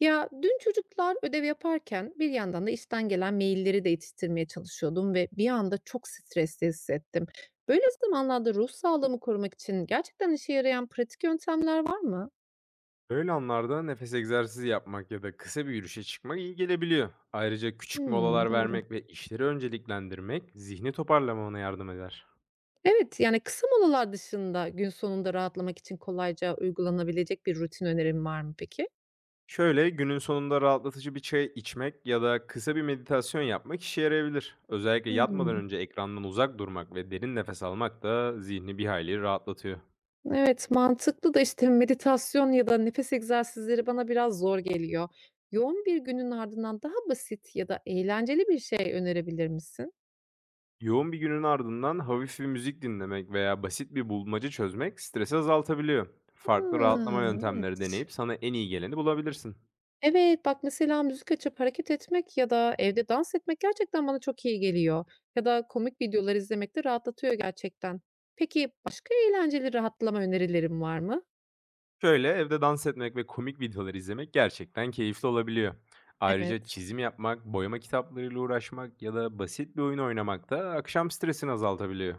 Ya dün çocuklar ödev yaparken bir yandan da işten gelen mailleri de yetiştirmeye çalışıyordum ve bir anda çok stresli hissettim. Böyle zamanlarda ruh sağlığımı korumak için gerçekten işe yarayan pratik yöntemler var mı? Böyle anlarda nefes egzersizi yapmak ya da kısa bir yürüyüşe çıkmak iyi gelebiliyor. Ayrıca küçük Hmm, molalar doğru. vermek ve işleri önceliklendirmek zihni toparlamana yardım eder. Evet, yani kısa molalar dışında gün sonunda rahatlamak için kolayca uygulanabilecek bir rutin önerim var mı peki? Şöyle günün sonunda rahatlatıcı bir çay içmek ya da kısa bir meditasyon yapmak işe yarayabilir. Özellikle yatmadan Hmm. önce ekrandan uzak durmak ve derin nefes almak da zihni bir hayli rahatlatıyor. Evet, mantıklı da, işte, meditasyon ya da nefes egzersizleri bana biraz zor geliyor. Yoğun bir günün ardından daha basit ya da eğlenceli bir şey önerebilir misin? Yoğun bir günün ardından hafif bir müzik dinlemek veya basit bir bulmaca çözmek stresi azaltabiliyor. Farklı rahatlama Hıı, yöntemleri evet. deneyip sana en iyi geleni bulabilirsin. Evet, bak, mesela müzik açıp hareket etmek ya da evde dans etmek gerçekten bana çok iyi geliyor ya da komik videolar izlemek de rahatlatıyor gerçekten. Peki başka eğlenceli rahatlama önerilerin var mı? Şöyle evde dans etmek ve komik videolar izlemek gerçekten keyifli olabiliyor. Ayrıca Evet. çizim yapmak, boyama kitaplarıyla uğraşmak ya da basit bir oyun oynamak da akşam stresini azaltabiliyor.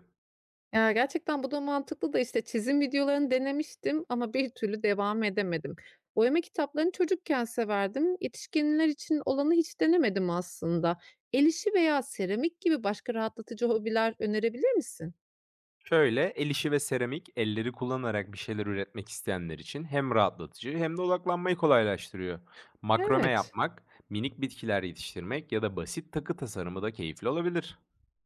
Ya, gerçekten bu da mantıklı da, işte, çizim videolarını denemiştim ama bir türlü devam edemedim. Boyama kitaplarını çocukken severdim. Yetişkinler için olanı hiç denemedim aslında. El işi veya seramik gibi başka rahatlatıcı hobiler önerebilir misin? Şöyle el işi ve seramik, elleri kullanarak bir şeyler üretmek isteyenler için hem rahatlatıcı hem de odaklanmayı kolaylaştırıyor. Makrome Evet. yapmak, minik bitkiler yetiştirmek ya da basit takı tasarımı da keyifli olabilir.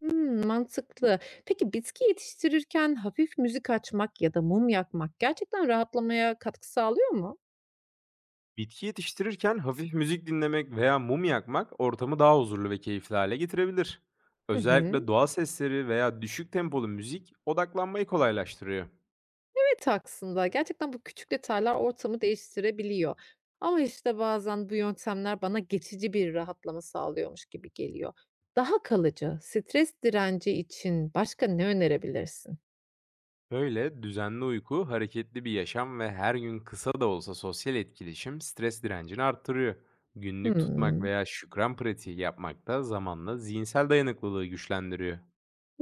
Hımm, mantıklı. Peki bitki yetiştirirken hafif müzik açmak ya da mum yakmak gerçekten rahatlamaya katkı sağlıyor mu? Bitki yetiştirirken hafif müzik dinlemek veya mum yakmak ortamı daha huzurlu ve keyifli hale getirebilir. Hı hı. Özellikle doğa sesleri veya düşük tempolu müzik odaklanmayı kolaylaştırıyor. Evet, aslında. Gerçekten bu küçük detaylar ortamı değiştirebiliyor. Ama işte bazen bu yöntemler bana geçici bir rahatlama sağlıyormuş gibi geliyor. Daha kalıcı, stres direnci için başka ne önerebilirsin? Böyle düzenli uyku, hareketli bir yaşam ve her gün kısa da olsa sosyal etkileşim stres direncini arttırıyor. Günlük tutmak Hımm. veya şükran pratiği yapmak da zamanla zihinsel dayanıklılığı güçlendiriyor.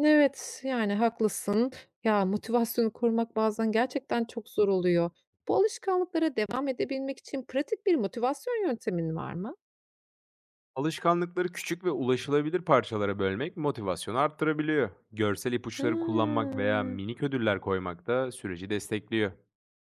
Evet, yani haklısın. Ya, motivasyonu korumak bazen gerçekten çok zor oluyor. Bu alışkanlıklara devam edebilmek için pratik bir motivasyon yöntemin var mı? Alışkanlıkları küçük ve ulaşılabilir parçalara bölmek motivasyonu arttırabiliyor. Görsel ipuçları kullanmak veya Hıı. minik ödüller koymak da süreci destekliyor.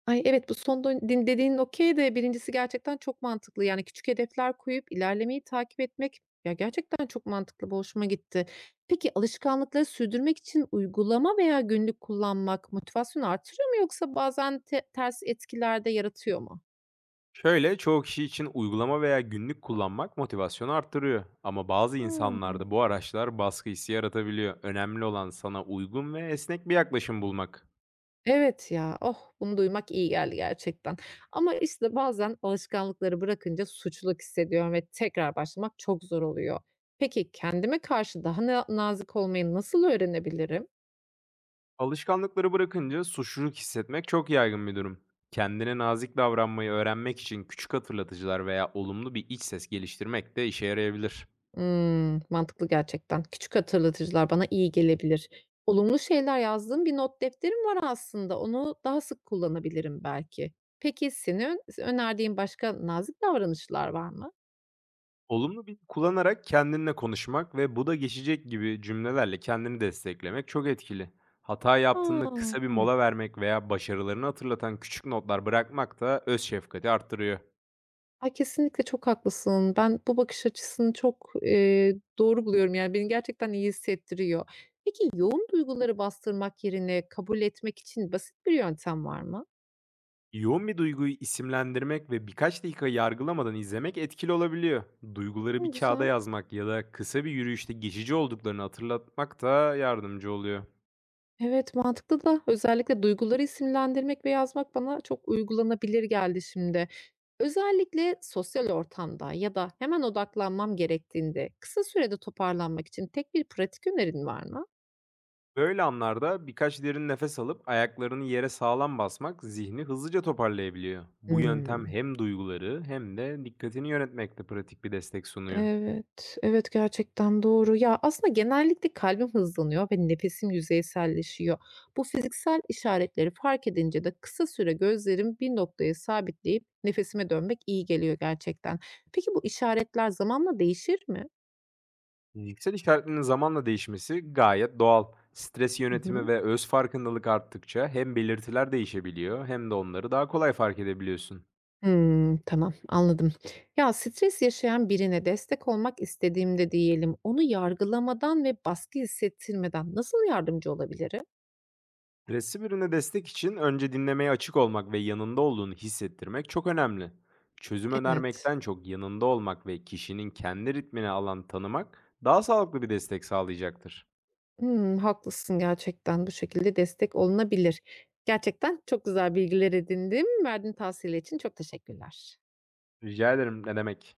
Ay, evet, bu son dön din dediğin okay de birincisi gerçekten çok mantıklı. Yani küçük hedefler koyup ilerlemeyi takip etmek, ya, gerçekten çok mantıklı, bu hoşuma gitti. Peki alışkanlıkları sürdürmek için uygulama veya günlük kullanmak motivasyonu artırıyor mu yoksa bazen ters etkiler de yaratıyor mu? Şöyle çoğu kişi için uygulama veya günlük kullanmak motivasyonu arttırıyor. Ama bazı Hıı. insanlarda bu araçlar baskı hissi yaratabiliyor. Önemli olan sana uygun ve esnek bir yaklaşım bulmak. Evet ya, oh, bunu duymak iyi geldi gerçekten. Ama işte bazen alışkanlıkları bırakınca suçluluk hissediyorum ve tekrar başlamak çok zor oluyor. Peki kendime karşı daha nazik olmayı nasıl öğrenebilirim? Alışkanlıkları bırakınca suçluluk hissetmek çok yaygın bir durum. Kendine nazik davranmayı öğrenmek için küçük hatırlatıcılar veya olumlu bir iç ses geliştirmek de işe yarayabilir. Hımm, mantıklı gerçekten. Küçük hatırlatıcılar bana iyi gelebilir. Olumlu şeyler yazdığım bir not defterim var aslında. Onu daha sık kullanabilirim belki. Peki senin önerdiğin başka nazik davranışlar var mı? Olumlu bir kullanarak kendinle konuşmak ve "Bu da geçecek." gibi cümlelerle kendini desteklemek çok etkili. Hata yaptığında kısa bir A! mola vermek veya başarılarını hatırlatan küçük notlar bırakmak da öz şefkati arttırıyor. Ay, kesinlikle çok haklısın. Ben bu bakış açısını çok, doğru buluyorum. Yani, beni gerçekten iyi hissettiriyor. Peki, yoğun duyguları bastırmak yerine kabul etmek için basit bir yöntem var mı? Yoğun bir duyguyu isimlendirmek ve birkaç dakika yargılamadan izlemek etkili olabiliyor. Duyguları Hımm, bir kağıda güzel. yazmak ya da kısa bir yürüyüşte geçici olduklarını hatırlatmak da yardımcı oluyor. Evet, mantıklı da özellikle duyguları isimlendirmek ve yazmak bana çok uygulanabilir geldi şimdi. Özellikle sosyal ortamda ya da hemen odaklanmam gerektiğinde kısa sürede toparlanmak için tek bir pratik önerin var mı? Böyle anlarda birkaç derin nefes alıp ayaklarını yere sağlam basmak zihni hızlıca toparlayabiliyor. Bu yöntem Hımm. hem duyguları hem de dikkatini yönetmekte pratik bir destek sunuyor. Evet, evet gerçekten doğru. Ya, aslında genellikle kalbim hızlanıyor ve nefesim yüzeyselleşiyor. Bu fiziksel işaretleri fark edince de kısa süre gözlerim bir noktaya sabitleyip nefesime dönmek iyi geliyor gerçekten. Peki bu işaretler zamanla değişir mi? Fiziksel işaretlerin zamanla değişmesi gayet doğal. Stres Hı yönetimi hı. ve öz farkındalık arttıkça hem belirtiler değişebiliyor hem de onları daha kolay fark edebiliyorsun. Hımm, tamam anladım. Ya, stres yaşayan birine destek olmak istediğimde diyelim, onu yargılamadan ve baskı hissettirmeden nasıl yardımcı olabilirim? Resim ürüne destek için önce dinlemeye açık olmak ve yanında olduğunu hissettirmek çok önemli. Çözüm Evet. önermekten çok yanında olmak ve kişinin kendi ritmini alan tanımak daha sağlıklı bir destek sağlayacaktır. Hımm, haklısın gerçekten. Bu şekilde destek olunabilir. Gerçekten çok güzel bilgiler edindim. Verdiğin tavsiyeler için çok teşekkürler. Rica ederim, ne demek.